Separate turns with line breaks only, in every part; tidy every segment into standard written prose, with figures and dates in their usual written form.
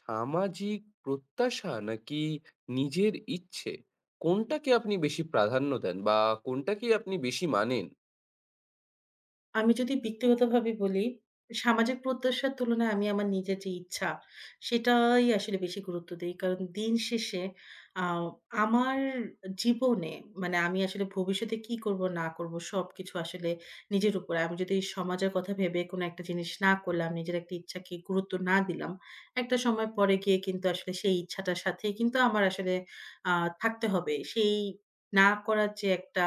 সামাজিক প্রত্যাশা নাকি নিজের ইচ্ছে? কোনটাকে আপনি বেশি প্রাধান্য দেন বা কোনটাকেই আপনি বেশি মানেন?
আমি যদি ব্যক্তিগতভাবে বলি, সামাজিক প্রত্যাশার তুলনায় আমি আমার নিজের যে ইচ্ছা, সেটাই আসলে বেশি গুরুত্ব দেই। কারণ দিন শেষে আ আমার জীবনে মানে আমি আসলে ভবিষ্যতে কি করব না করব সবকিছু আসলে নিজের উপরে। আমি যদি সমাজের কথা ভেবে কোনো একটা জিনিস না করলাম, নিজের একটা ইচ্ছাকে গুরুত্ব না দিলাম, একটা সময় পরে গিয়ে কিন্তু আসলে সেই ইচ্ছাটার সাথেই কিন্তু আমার আসলে আ থাকতে হবে। সেই না করার যে একটা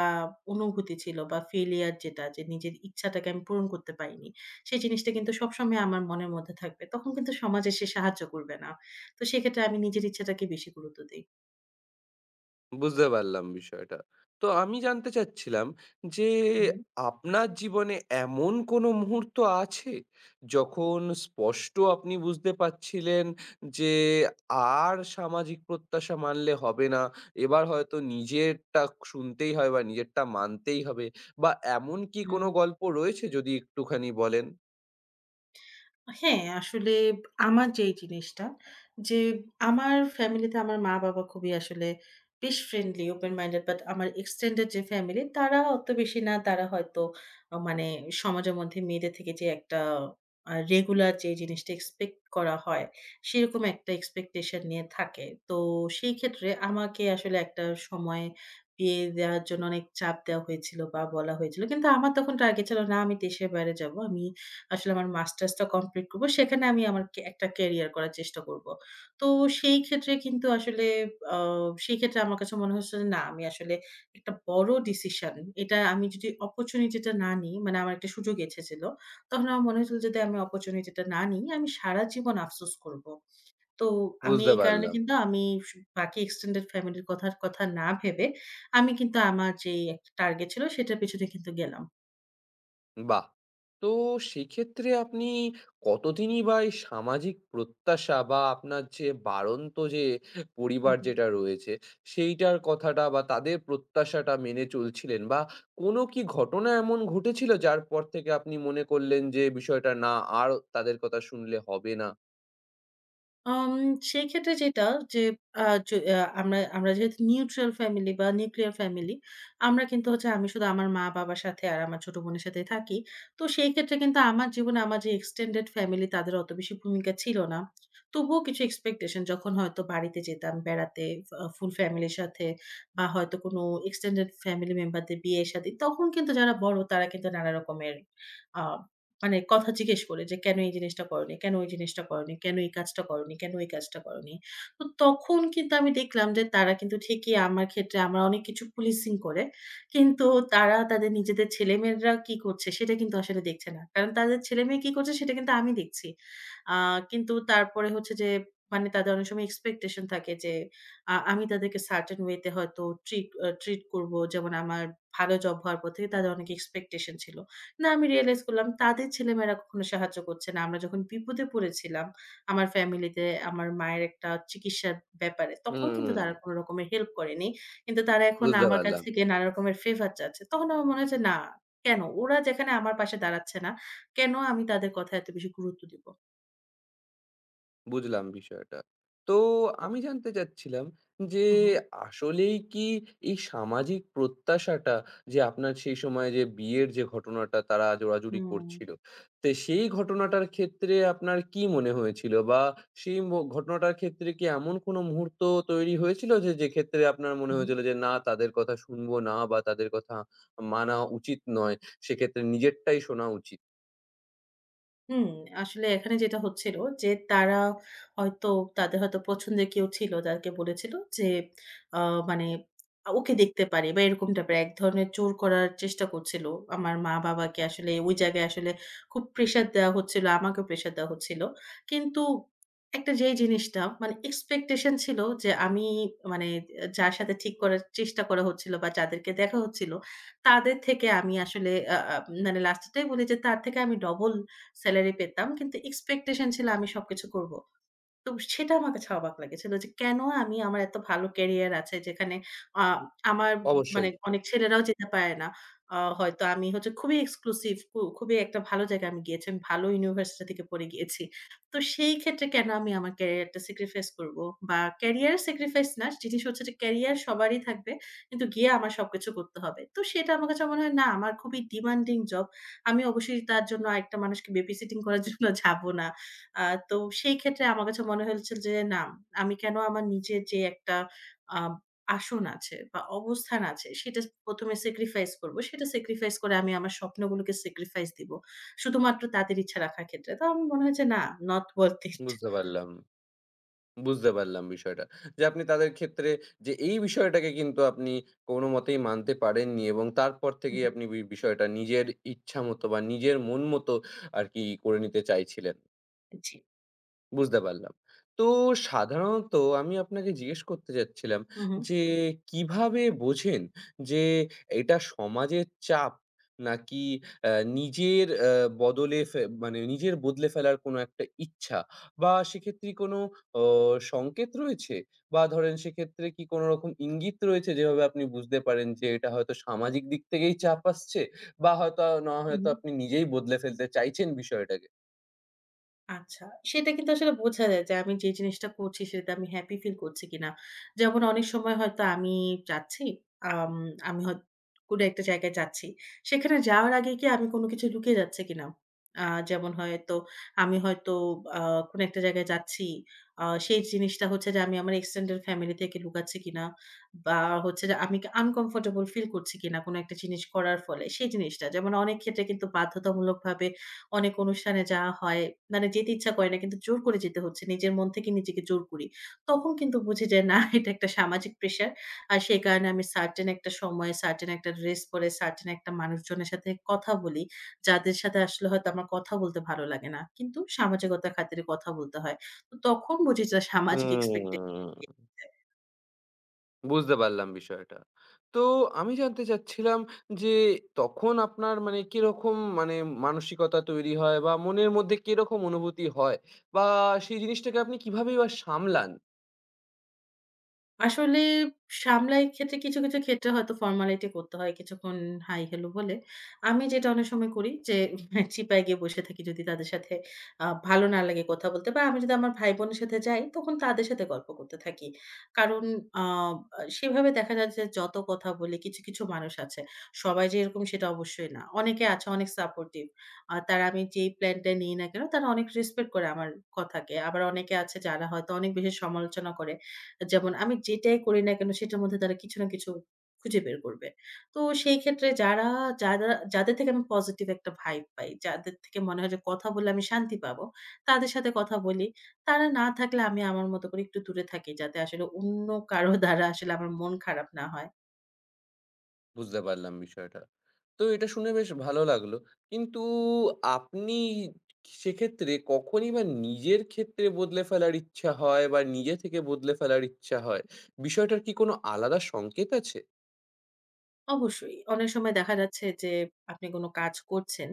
অনুভূতি ছিল বা ফেইলিউর যেটা যে নিজের ইচ্ছাটাকে আমি পূরণ করতে পারিনি। সেই জিনিসটা কিন্তু সবসময় আমার মনের মধ্যে থাকবে। তখন কিন্তু সমাজ এসে সাহায্য করবে না। তো সেক্ষেত্রে আমি নিজের ইচ্ছাটাকে বেশি গুরুত্ব দেই।
বুঝতে পারলাম বিষয়টা। তো আমি জানতে চাচ্ছিলাম যে
হুম।
আপনার জীবনে এমন কোনো মুহূর্ত আছে যখন স্পষ্ট আপনি বুঝতে পারছিলেন যে আর সামাজিক প্রত্যাশা মানলে হবে না। এবার হয়তো নিজেরটা শুনতেই হয় বা নিজেরটা মানতেই হবে বা এমন কি
হু।
কোনো গল্প রয়েছে যদি একটুখানি বলেন?
হ্যাঁ, আসলে আমার যে এই জিনিসটা যে আমার ফ্যামিলিতে আমার মা-বাবা খুবই আসলে বেশ ফ্রেন্ডলি, ওপেন মাইন্ডেড বাট আমার এক্সটেন্ডেড যে ফ্যামিলি তারা অত বেশি না। তারা হয়তো মানে সমাজের মধ্যে মেয়েদের থেকে যে একটা রেগুলার যে জিনিসটা এক্সপেক্ট করা হয়, সেরকম একটা এক্সপেকটেশন নিয়ে থাকে। তো সেই ক্ষেত্রে আমাকে আসলে একটা সময় বিয়ে দেওয়ার জন্য অনেক চাপ দেওয়া হয়েছিল বা বলা হয়েছিল। কিন্তু আমার তখন টার্গেট ছিল না আমি দেশের বাইরে যাবো। আমি আসলে আমার মাস্টার্সটা কমপ্লিট করব। সেখানে আমি আমার কে একটা ক্যারিয়ার করার চেষ্টা করব। তো সেই ক্ষেত্রে কিন্তু আসলে আ সেই ক্ষেত্রে আমার কাছে মনে হচ্ছে যে, না আমি আসলে একটা বড় ডিসিশন এটা আমি যদি অপরচুনিটিটা না নিই, মানে আমার একটা সুযোগ এসেছিল। তখন আমার মনে হয়েছিল যদি আমি অপরচুনিটিটা না নিই, আমি সারা জীবন আফসোস করব। তো আমি
বুঝতে
এই কারণে
পারলাম।
কিন্তু আমি বাকি এক্সটেন্ডেড ফ্যামিলির কথার কথা না ভেবে আমি কিন্তু আমার যেই একটা টার্গেট ছিল সেটার পেছনে কিন্তু গেলাম।
বাহ! তো সেক্ষেত্রে আপনি কতদিনই বা এই সামাজিক প্রত্যাশা বা আপনার যে বাড়ন্ত যে
হু,
পরিবার
হু।
যেটা রয়েছে, সেইটার কথাটা বা তাদের প্রত্যাশাটা মেনে চলছিলেন? বা কোনো কি ঘটনা এমন ঘটেছিল যার পর থেকে আপনি মনে করলেন যে বিষয়টা না আর তাদের কথা শুনলে হবে না?
আম সেই ক্ষেত্রে যেটা যে আ য আ আমরা আমরা যেহেতু নিউট্রাল ফ্যামিলি বা নিউক্লিয়ার ফ্যামিলি, আমরা কিন্তু হচ্ছে আমি শুধু আমার মা-বাবার সাথে আর আমার ছোট বোনের সাথেই থাকি। তো সেই ক্ষেত্রে কিন্তু আমার জীবনে আমার যে এক্সটেন্ডেড ফ্যামিলি তাদের অত বেশি ভূমিকা ছিল না। তবুও কিছু এক্সপেকটেশন যখন হয়তো বাড়িতে যেতাম বেড়াতে ফুল ফ্যামিলির সাথে বা হয়তো কোনো এক্সটেন্ডেড ফ্যামিলি মেম্বারদের বিয়ে-শাদী তখন কিন্তু যারা বড় তারা কিন্তু নানা রকমের আ মানে কথা জিজ্ঞেস করে যে, "কেন এই জিনিসটা করোনি? কেন ওই জিনিসটা করোনি? কেন এই কাজটা করোনি? কেন এই কাজটা করোনি?" তো তখন কিন্তু আমি দেখলাম যে তারা কিন্তু ঠিকই আমার ক্ষেত্রে আমরা অনেক কিছু পুলিশিং করে। কিন্তু তারা তাদের নিজেদের ছেলেমেয়েরা কি করছে সেটা কিন্তু আসলে দেখছে না। কারণ তাদের ছেলেমেয়ে কি করছে সেটা কিন্তু আমি দেখছি। আ কিন্তু তারপরে হচ্ছে যে মানে তাদের অনেক সময় এক্সপেকটেশন থাকে যে আমি তাদেরকে সার্টেন ওয়ে তে হয়তো ট্রিট করব। যেমন আমার ভালো জব হওয়ার পর থেকে তাদের অনেক এক্সপেকটেশন ছিল। না আমি রিয়ালাইজ করলাম তাদের ছেলেমেয়েরা কখনো সাহায্য করছে না। আমরা যখন বিপদে পড়েছিলাম, আমার ফ্যামিলিতে আমার মায়ের একটা চিকিৎসার ব্যাপারে, তখন কিন্তু
হুম,
তারা কোন রকমের হেল্প করেনি। কিন্তু তারা এখন
বুঝতে
আমার কাছ
পারলাম।
থেকে নানা রকমের ফেভার চাচ্ছে। তখন আমার মনে হয়েছে না, কেন? ওরা যেখানে আমার পাশে দাঁড়াচ্ছে না, কেন আমি তাদের কথায় এত বেশি গুরুত্ব দিব?
বুঝলাম বিষয়টা। তো আমি জানতে চাচ্ছিলাম যে
হু, হু।
আসলেই কি এই সামাজিক প্রত্যাশাটা যে আপনার সেই সময় যে বিয়ের যে ঘটনাটা তারা জোরাজুরি
হুম,
করছিল, তো সেই ঘটনাটার ক্ষেত্রে আপনার কি মনে হয়েছিল? বা সেই ঘটনাটার ক্ষেত্রে কি এমন কোনো মুহূর্ত তৈরি হয়েছিল যে, যেক্ষেত্রে আপনার মনে
হুম।
হয়েছিল যে না তাদের কথা শুনবো না বা তাদের কথা মানা উচিত নয়, সেক্ষেত্রে নিজেরটাই শোনা উচিত?
হুম, আসলে এখানে যেটা হচ্ছিল যে তারা হয়তো তাদের হয়তো পছন্দের কেউ ছিল যাকে বলেছিল যে আ মানে ওকে দেখতে পারি বা এরকম টাইপের এক ধরনের জোর করার চেষ্টা করছিল। আমার মা-বাবাকে আসলে ওই জায়গায় আসলে খুব প্রেশার দেওয়া হচ্ছিল, আমাকেও প্রেশার দেওয়া হচ্ছিল। কিন্তু একটা যেই জিনিসটা মানে এক্সপেকটেশন ছিল যে আমি মানে যার সাথে ঠিক করার চেষ্টা করা হচ্ছিল বা যাদেরকে দেখা হচ্ছিল, তাদের থেকে আমি আসলে আ আ মানে লাস্টে টাই বলি যে তার থেকে আমি ডবল সেলারি পেতাম। কিন্তু এক্সপেকটেশন ছিল আমি সবকিছু করব। তো সেটা আমার কাছে অবাক লেগেছিল যে কেন আমি আমার এত ভালো ক্যারিয়ার আছে যেখানে আ আমার মানে
অবশ্যই,
অনেক ছেলেরাও যেতে পারে না। হয়তো আমি হচ্ছে খুবই এক্সক্লুসিভ খুবই একটা ভালো জায়গায় আমি গিয়েছি। আমি ভালো ইউনিভার্সিটি থেকে পড়ে গিয়েছি। তো সেই ক্ষেত্রে কেন আমি আমার ক্যারিয়ারটা স্যাক্রিফাইস করব? বা ক্যারিয়ার স্যাক্রিফাইস না জিনিস হচ্ছে যে ক্যারিয়ার সবারই থাকবে। কিন্তু গিয়ে আমার সবকিছু করতে হবে। তো সেটা আমার কাছে মনে হয় না আমার খুবই ডিমান্ডিং জব। আমি অবশ্যই তার জন্য আরেকটা মানুষকে বেবি সিটিং করার জন্য যাব না। আ তো সেই ক্ষেত্রে আমার কাছে মনে হয়েছিল যে না, আমি কেন আমার নিজের যে একটা আ আসন আছে বা অবস্থান আছে সেটা ১ম এ স্যাক্রিফাইস করব। সেটা স্যাক্রিফাইস করে আমি আমার স্বপ্নগুলোকে স্যাক্রিফাইস দিব। শুধুমাত্র তাদের ইচ্ছা রাখার ক্ষেত্রে। তো আমার মনে হয়েছে না, not worth it.
বুঝতে পারলাম। বুঝতে পারলাম বিষয়টা। যে আপনি তাদের ক্ষেত্রে যে এই বিষয়টাকে কিন্তু আপনি কোনমতেই মানতে পারেননি এবং তারপর
হু, হু।
থেকেই আপনি বিষয়টা নিজের ইচ্ছামত বা নিজের মন মতো আরকি করে নিতে চাইছিলেন।
জি।
বুঝতে পারলাম। তো সাধারণত আমি আপনাকে জিজ্ঞেস করতে চাচ্ছিলাম
হু, হু।
যে, কিভাবে বোঝেন যে এটা সমাজের চাপ নাকি আ নিজের বদলে ফে মানে নিজের বদলে ফেলার কোনো একটা ইচ্ছা বা সেক্ষেত্রে কোনো অ সংকেত রয়েছে? বা ধরেন সেক্ষেত্রে কি কোনো রকম ইঙ্গিত রয়েছে যেভাবে আপনি বুঝতে পারেন যে এটা হয়তো সামাজিক দিক থেকেই চাপ আসছে বা হয়তো না
হু,
হয়তো
হু।
আপনি নিজেই বদলে ফেলতে চাইছেন বিষয়টাকে?
আচ্ছা। সেটা কিন্তু আসলে বোঝা যায় যে আমি যে জিনিসটা করছি সেটাতে আমি হ্যাপি ফিল করছি কিনা। যেমন অনেক সময় হয়তো আমি যাচ্ছি, আম আমি হয়ত কোনো একটা জায়গায় যাচ্ছি। সেখানে যাওয়ার আগে কি আমি কোনো কিছু লুকিয়ে যাচ্ছে কিনা? যেমন হয়তো আমি হয়তো আ কোনো একটা জায়গায় যাচ্ছি। সেই জিনিসটা হচ্ছে যে আমি আমার এক্সটেন্ডেড ফ্যামিলি থেকে লুকাচ্ছি কিনা বা হচ্ছে যে আমি কি আনকমফোর্টেবল ফিল করছি কিনা কোনো একটা জিনিস করার ফলে, সেই জিনিসটা। যেমন অনেক ক্ষেত্রে কিন্তু বাধ্যতামূলকভাবে অনেক অনুষ্ঠানে যাওয়া হয়। মানে যেতে ইচ্ছা করে না কিন্তু জোর করে যেতে হচ্ছে। নিজের মন থেকে নিজেকে জোর করি। তখন কিন্তু বুঝি যে না এটা একটা সামাজিক প্রেশার। আর সেই কারণে আমি সার্টেন একটা সময়ে সার্টেন একটা ড্রেস পরে সার্টেন একটা মানুষজনের সাথে কথা বলি। যাদের সাথে আসলে হয়তো আমার কথা বলতে ভালো লাগে না। কিন্তু সামাজিকতার খাতিরে কথা বলতে হয়। তো তখন বুঝি যে সামাজিক এক্সপেক্টে
হুম। বুঝতে পারলাম বিষয়টা। তো আমি জানতে চাচ্ছিলাম যে তখন আপনার মানে কিরকম মানে মানসিকতা তৈরি হয় বা মনের মধ্যে কিরকম অনুভূতি হয়? বা সেই জিনিসটাকে আপনি কিভাবেই বা সামলান?
আসলে সামলাই ক্ষেত্রে কিছু, কিছু ক্ষেত্রে হয়তো ফর্মালিটি করতে হয় কিছুক্ষণ হাই হেলো বলে। আমি যেটা অনেক সময় করি যে চিপায় গিয়ে বসে থাকি যদি তাদের সাথে ভালো না লাগে কথা বলতে বা আমি যদি আমার ভাই-বোনের সাথে যাই তখন তাদের সাথে গল্প করতে থাকি। কারণ আ সেভাবে দেখা যায় যে যত কথা বলি কিছু, কিছু মানুষ আছে। সবাই যে এরকম সেটা অবশ্যই না। অনেকে আছে অনেক সাপোর্টিভ। তারা আমি যেই প্ল্যানটা নিই না কেন তারা অনেক রেসপেক্ট করে আমার কথাকে। আবার অনেকে আছে যারা হয়তো অনেক বেশি সমালোচনা করে। যেমন আমি যেটাই করি না কেন সেটার মধ্যে তারা কিছু না কিছু খুঁজে বের করবে। তো সেই ক্ষেত্রে যারা যারা যাদের থেকে আমি পজিটিভ একটা ভাইব পাই, যাদের থেকে মনে হয় যে কথা বললে আমি শান্তি পাবো, তাদের সাথে কথা বলি। তারা না থাকলে আমি আমার মতো করে একটু দূরে থাকি যাতে আসলে অন্য কারো দ্বারা আসলে আমার মন খারাপ না হয়।
বুঝতে পারলাম বিষয়টা। তো এটা শুনে বেশ ভালো লাগলো। কিন্তু আপনি সেক্ষেত্রে কখনই বা নিজের ক্ষেত্রে বদলে ফেলার ইচ্ছা হয় বা নিজে থেকে বদলে ফেলার ইচ্ছা হয়, বিষয়টার কি কোনো আলাদা সংকেত আছে?
অবশ্যই। অনেক সময় দেখা যাচ্ছে যে আপনি কোন কাজ করছেন।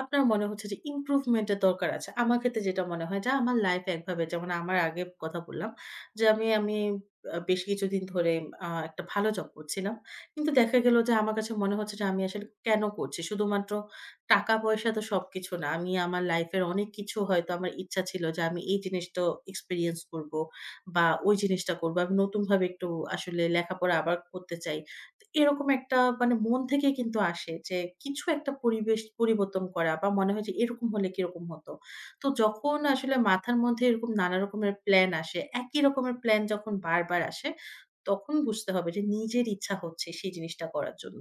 আপনার মনে হচ্ছে যে ইমপ্রুভমেন্ট এর দরকার আছে। আমার ক্ষেত্রে যেটা মনে হয় যে আমার লাইফ একভাবে যেমন আমার আগে কথা বললাম যে আমি আমি আ বেশ কিছুদিন ধরে একটা ভালো জব করছিলাম। কিন্তু দেখা গেল যে আমার কাছে মনে হচ্ছে যে আমি আসলে কেন করছি? শুধুমাত্র টাকা-পয়সা তো সবকিছু না। আমি আমার লাইফ এর অনেক কিছু হয়তো আমার ইচ্ছা ছিল যে আমি এই জিনিসটা এক্সপেরিয়েন্স করব বা ওই জিনিসটা করব। আমি নতুনভাবে একটু আসলে লেখাপড়া আবার করতে চাই। এরকম একটা মানে মন থেকেই কিন্তু আসে যে কিছু একটা পরিবেশ পরিবর্তন করা বা মনে হয় যে এরকম হলে কিরকম হতো। তো যখন আসলে মাথার মধ্যে এরকম নানা রকমের প্লান আসে, একই রকমের প্লান যখন বারবার আসে, তখন বুঝতে হবে যে নিজের ইচ্ছা হচ্ছে সেই জিনিসটা করার জন্য।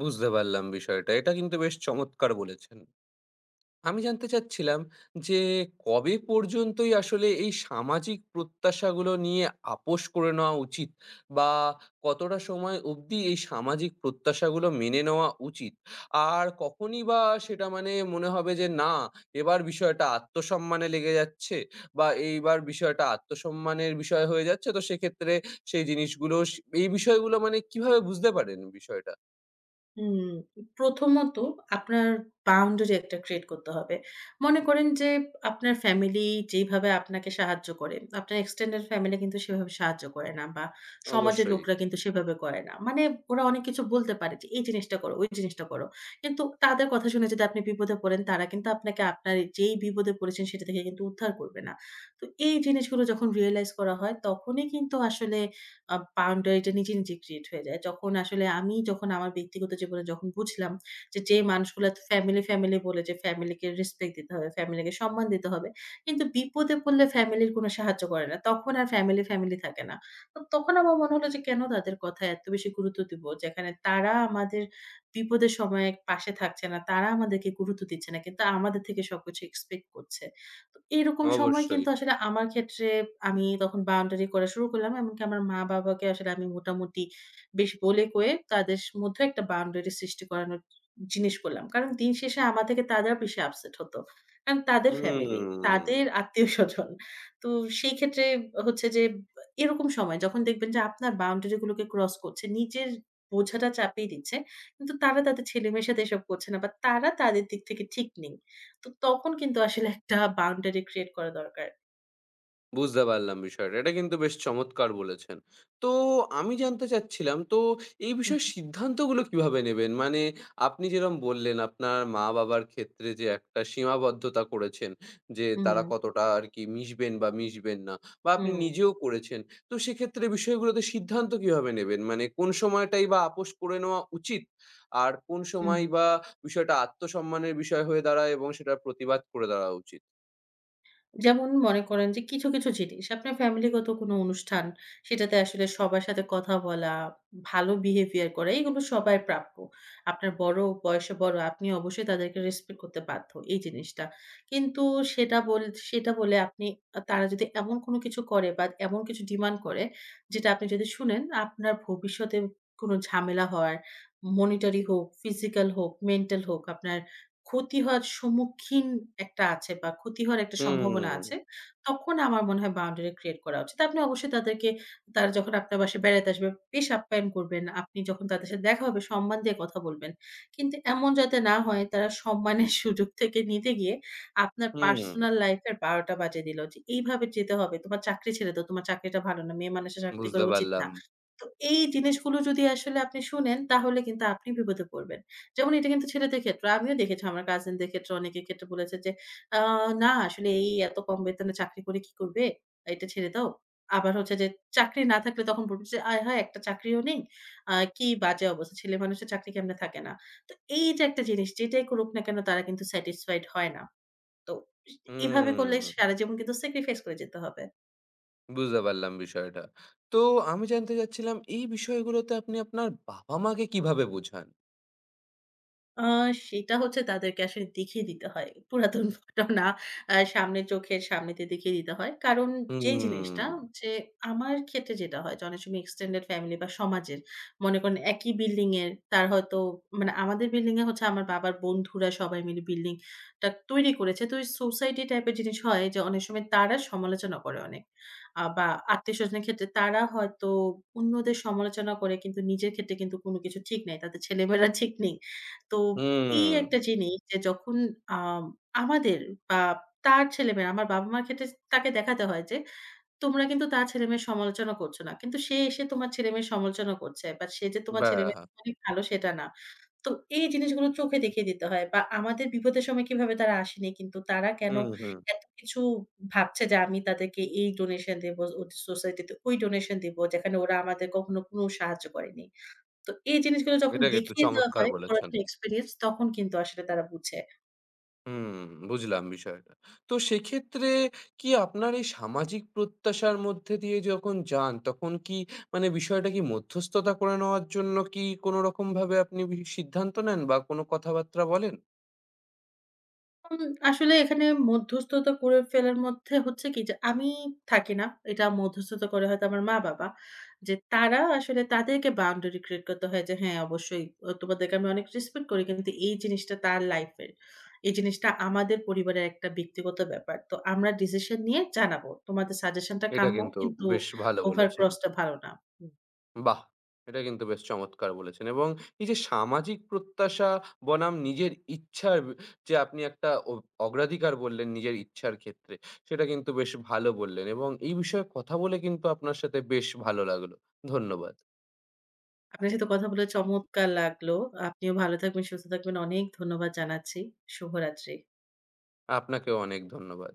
বুঝতে পারলাম বিষয়টা। এটা কিন্তু বেশ চমৎকার বলেছেন। আমি জানতে চাচ্ছিলাম যে কবে পর্যন্তই আসলে এই সামাজিক প্রত্যাশাগুলো নিয়ে আপোস করে নেওয়া উচিত বা কতটা সময় অবধি এই সামাজিক প্রত্যাশাগুলো মেনে নেওয়া উচিত আর কখনই বা সেটা মানে মনে হবে যে না এবার বিষয়টা আত্মসম্মানে লেগে যাচ্ছে বা এইবার বিষয়টা আত্মসম্মানের বিষয় হয়ে যাচ্ছে তো সেক্ষেত্রে সেই জিনিসগুলো এই বিষয়গুলো মানে কিভাবে বুঝতে পারেন বিষয়টা?
হুম, প্রথমত আপনার বাউন্ডারি একটা ক্রিয়েট করতে হবে। মনে করেন যে আপনার ফ্যামিলি যেইভাবে আপনাকে সাহায্য করে, আপনার এক্সটেন্ডেড ফ্যামিলি কিন্তু সেভাবে সাহায্য করে না বা সমাজের
অবশ্যই।
লোকরা কিন্তু সেভাবে করে না। মানে ওরা অনেক কিছু বলতে পারে যে, "এই জিনিসটা করো, ওই জিনিসটা করো।" কিন্তু তাদের কথা শুনে যদি আপনি বিপদে পড়েন, তারা কিন্তু আপনাকে আপনার যেই বিপদে পড়েছেন সেটা থেকে কিন্তু উদ্ধার করবে না। তো এই জিনিসগুলো যখন রিয়ালাইজ করা হয়, তখনই কিন্তু আসলে বাউন্ডারিটা নিজে, নিজে ক্রিয়েট হয়ে যায়। যখন আসলে আমি যখন আমার ব্যক্তিগত জীবনে যখন বুঝলাম যে, যে মানুষগুলা ফ্যামিলি, ফ্যামিলি বলে যে ফ্যামিলিকে রেসপেক্ট দিতে হবে, ফ্যামিলিকে সম্মান দিতে হবে। কিন্তু বিপদে পড়লে ফ্যামিলির কোনো সাহায্য করে না। তখন আর ফ্যামিলি, ফ্যামিলি থাকে না। তো তখন আমার মনে হলো যে কেন তাদের কথায় এত বেশি গুরুত্ব দিব? যেখানে তারা আমাদের বিপদের সময়ে পাশে থাকছে না, তারা আমাদেরকে গুরুত্ব দিচ্ছে না। কিন্তু আমাদের থেকে সবকিছু এক্সপেক্ট করছে। তো এরকম সময়
অবশ্যই।
কিন্তু আসলে আমার ক্ষেত্রে আমি তখন বাউন্ডারি করা শুরু করলাম। এমনকি আমার মা-বাবাকে আসলে আমি মোটামুটি বেশ বলে কয়ে তাদের স মধ্যে একটা বাউন্ডারি সৃষ্টি করানোর জিনিস করলাম। কারণ দিন শেষে আমার থেকে তারা বেশি আপসেট হতো। কারণ তাদের ফ্যামিলি,
হুম।
তাদের আত্মীয়স্বজন। তো সেই ক্ষেত্রে হচ্ছে যে বা এরকম সময় যখন দেখবেন যে আপনার বাউন্ডারি গুলোকে ক্রস করছে, নিজের বোঝাটা চাপিয়ে দিচ্ছে। কিন্তু তারা তাদের ছেলেমেয়ের সাথে এসব করছে না বা তারা তাদের দিক থেকে ঠিক নেই। তো তখন কিন্তু আসলে একটা বাউন্ডারি ক্রিয়েট করা দরকার।
বুঝতে পারলাম বিষয়টা। এটা কিন্তু বেশ চমৎকার বলেছেন। তো আমি জানতে চাচ্ছিলাম তো এই
হুম,
বিষয়ে সিদ্ধান্তগুলো কিভাবে নেবেন? মানে আপনি যেরকম বললেন আপনার মা-বাবার ক্ষেত্রে যে একটা সীমাবদ্ধতা করেছেন যে
হুম,
তারা কতটা আরকি মিশবেন বা মিশবেন না বা আপনি
হুম,
নিজেও করেছেন। তো সেক্ষেত্রে বিষয়গুলোতে সিদ্ধান্ত কিভাবে নেবেন? মানে কোন সময়টাই বা আপোস করে নেওয়া উচিত? আর কোন
হুম।
সময় বা বিষয়টা আত্মসম্মানের বিষয় হয়ে দাঁড়ায় এবং সেটার প্রতিবাদ করে দাঁড়াওয়া উচিত?
যেমন মনে করেন যে কিছু, কিছু জিনিস আপনার ফ্যামিলিগত কোনো অনুষ্ঠান, সেটাতে আসলে সবার সাথে কথা বলা, ভালো বিহেভিয়ার করা, এগুলো সবার প্রাপ্য। আপনার বড়, বয়সে বড়, আপনি অবশ্যই তাদেরকে রেসপেক্ট করতে বাধ্য, এই জিনিসটা। কিন্তু সেটা বল সেটা বলে আপনি তারা যদি এমন কোনো কিছু করে বা এমন কিছু ডিমান্ড করে, যেটা আপনি যদি শুনেন, আপনার ভবিষ্যতে কোনো ঝামেলা হওয়ার, monetary হোক, ফিজিক্যাল হোক, মেন্টাল হোক, আপনার ক্ষতি হওয়ার সম্মুখীন একটা আছে বা ক্ষতি হওয়ার একটা সম্ভাবনা আছে।
হুম,
তখন আমার মনে হয় বাউন্ডারি ক্রিয়েট করা উচিত। আপনি অবশ্যই তাদেরকে তারা যখন আপনার বাসায় বেড়াতে আসবে, বেশ আপ্যায়ন করবেন। আপনি যখন তাদের সাথে দেখা হবে সম্মান দিয়ে কথা বলবেন। কিন্তু এমন যাতে না হয় তারা সম্মানের সুযোগ থেকে নিতে গিয়ে আপনার
হুম।
পার্সোনাল লাইফ এর ১২টা বাজিয়ে দিল যে, "এইভাবে যেতে হবে। তোমার চাকরি ছেড়ে দাও। তোমার চাকরিটা ভালো না। মেয়ে মানুষের চাকরি করা
বুঝতে
উচিত না।"
পারলাম।
তো এই জিনিসগুলো যদি আসলে আপনি শুনেন তাহলে কিন্তু আপনি বিপদে পড়বেন। যেমন এটা কিন্তু ছেলেদের ক্ষেত্রে। আমিও দেখেছি আমার কাজিনদের ক্ষেত্রে অনেকের ক্ষেত্রে বলেছে যে, "আ না আসলে এই এত কম বেতনে চাকরি করে কি করবে? এটা ছেড়ে দাও।" আবার হচ্ছে যে চাকরি না থাকলে তখন বলবে যে, "আয় হায়! একটা চাকরিও নেই। কি বাজে অবস্থা। ছেলেমানুষের চাকরি কেমনে থাকে না?" তো এই যে একটা জিনিস যেটাই করুক না কেন তারা কিন্তু স্যাটিসফাইড হয় না। তো এভাবে করলে
হুম,
সারাজীবন কিন্তু স্যাক্রিফাইস করে যেতে হবে।
বুঝতে পারলাম বিষয়টা। তো আমি জানতে চাচ্ছিলাম এই বিষয়গুলোতে আপনি আপনার বাবা-মাকে কিভাবে বোঝান?
আ সেটা হচ্ছে তাদেরকে আসলে দেখিয়ে দিতে হয়। পুরাতন ঘটনা সামনে চোখের সামনে দিয়ে দেখিয়ে দিতে হয়। কারণ যে জিনিসটা
হুম,
যে আমার ক্ষেত্রে যেটা হয় যে অনেক সময় এক্সটেন্ডেড ফ্যামিলি বা সমাজের মনে করেন একই বিল্ডিং এর তার হয়তো মানে আমাদের বিল্ডিং এ হচ্ছে আমার বাবার বন্ধুরা সবাই মিলে বিল্ডিং টা তৈরি করেছে। তো ওই সোসাইটি টাইপের জিনিস হয় যে অনেক সময় তারা সমালোচনা করে অনেক। বা আত্মীয়স্বজনের ক্ষেত্রে তারা হয়তো অন্যদের সমালোচনা করে কিন্তু নিজের ক্ষেত্রে কিন্তু কোনো কিছু ঠিক নাই। তাদের ছেলেমেয়েরা ঠিক নেই। তো এই
হুম,
একটা জিনিস যে যখন আম আমাদের বা তার ছেলেমেয়ে আমার বাবা-মার ক্ষেত্রে তাকে দেখাতে হয় যে, "তোমরা কিন্তু তার ছেলেমেয়ের সমালোচনা করছো না। কিন্তু সে এসে তোমার ছেলেমেয়ের সমালোচনা করছে। বাট সে যে তোমার
বাহ!
ছেলেমেয়ে অনেক ভালো সেটা না।" তো এই জিনিসগুলো চোখে দেখিয়ে দিতে হয় বা আমাদের বিপদের সময় কিভাবে তারা আসেনি। কিন্তু তারা কেন
হুম, হুম।
এত কিছু ভাবছে যে আমি তাদেরকে এই ডোনেশন দেব, ওদের সোসাইটিতে ওই ডোনেশন দিব যেখানে ওরা আমাদের কখনো কোনো সাহায্য করেনি। তো এই জিনিসগুলো যখন
এটা কিন্তু
দেখিয়ে দেওয়া
চমৎকার
হয়
বলেছেন।
পুরাতন এক্সপেরিয়েন্স তখন কিন্তু আসলে তারা বুঝে।
হুম, বুঝলাম বিষয়টা। তো সেক্ষেত্রে কি আপনার এই সামাজিক প্রত্যাশার মধ্যে দিয়ে যখন যান, তখন কি মানে বিষয়টা কি মধ্যস্থতা করে নেওয়ার জন্য কি কোনো রকমভাবে আপনি সিদ্ধান্ত নেন বা কোনো কথাবার্তা বলেন?
উম আসলে এখানে মধ্যস্থতা করে ফেলার মধ্যে হচ্ছে কি যে আমি থাকি না। এটা মধ্যস্থতা করে হয়তো আমার মা-বাবা। যে তারা আসলে তাদেরকে বাউন্ডারি ক্রিয়েট করতে হয় যে হ্যাঁ, অবশ্যই তোমাদেরকে আমি অনেক রেসপেক্ট করি। কিন্তু এই জিনিসটা তার লাইফ এর। এই জিনিসটা আমাদের পরিবারের একটা ব্যক্তিগত ব্যাপার। তো আমরা ডিসিশন নিয়ে জানাবো। তোমাদের সাজেশনটা
এটা
কাম্য
কিন্তু
কিন্তু
বেশ ভালো
ওভার
বলেছেন।
ক্রস টা ভালো না। হুম।
বাহ! এটা কিন্তু বেশ চমৎকার বলেছেন এবং এই যে সামাজিক প্রত্যাশা বনাম নিজের ইচ্ছার বি- যে আপনি একটা অগ্রাধিকার বললেন নিজের ইচ্ছার ক্ষেত্রে, সেটা কিন্তু বেশ ভালো বললেন এবং এই বিষয়ে কথা বলে কিন্তু আপনার সাথে বেশ ভালো লাগলো। ধন্যবাদ।
আপনার সাথে কথা বলে চমৎকার লাগলো। আপনিও ভালো থাকবেন, সুস্থ থাকবেন। অনেক ধন্যবাদ জানাচ্ছি। শুভরাত্রি।
আপনাকেও অনেক ধন্যবাদ।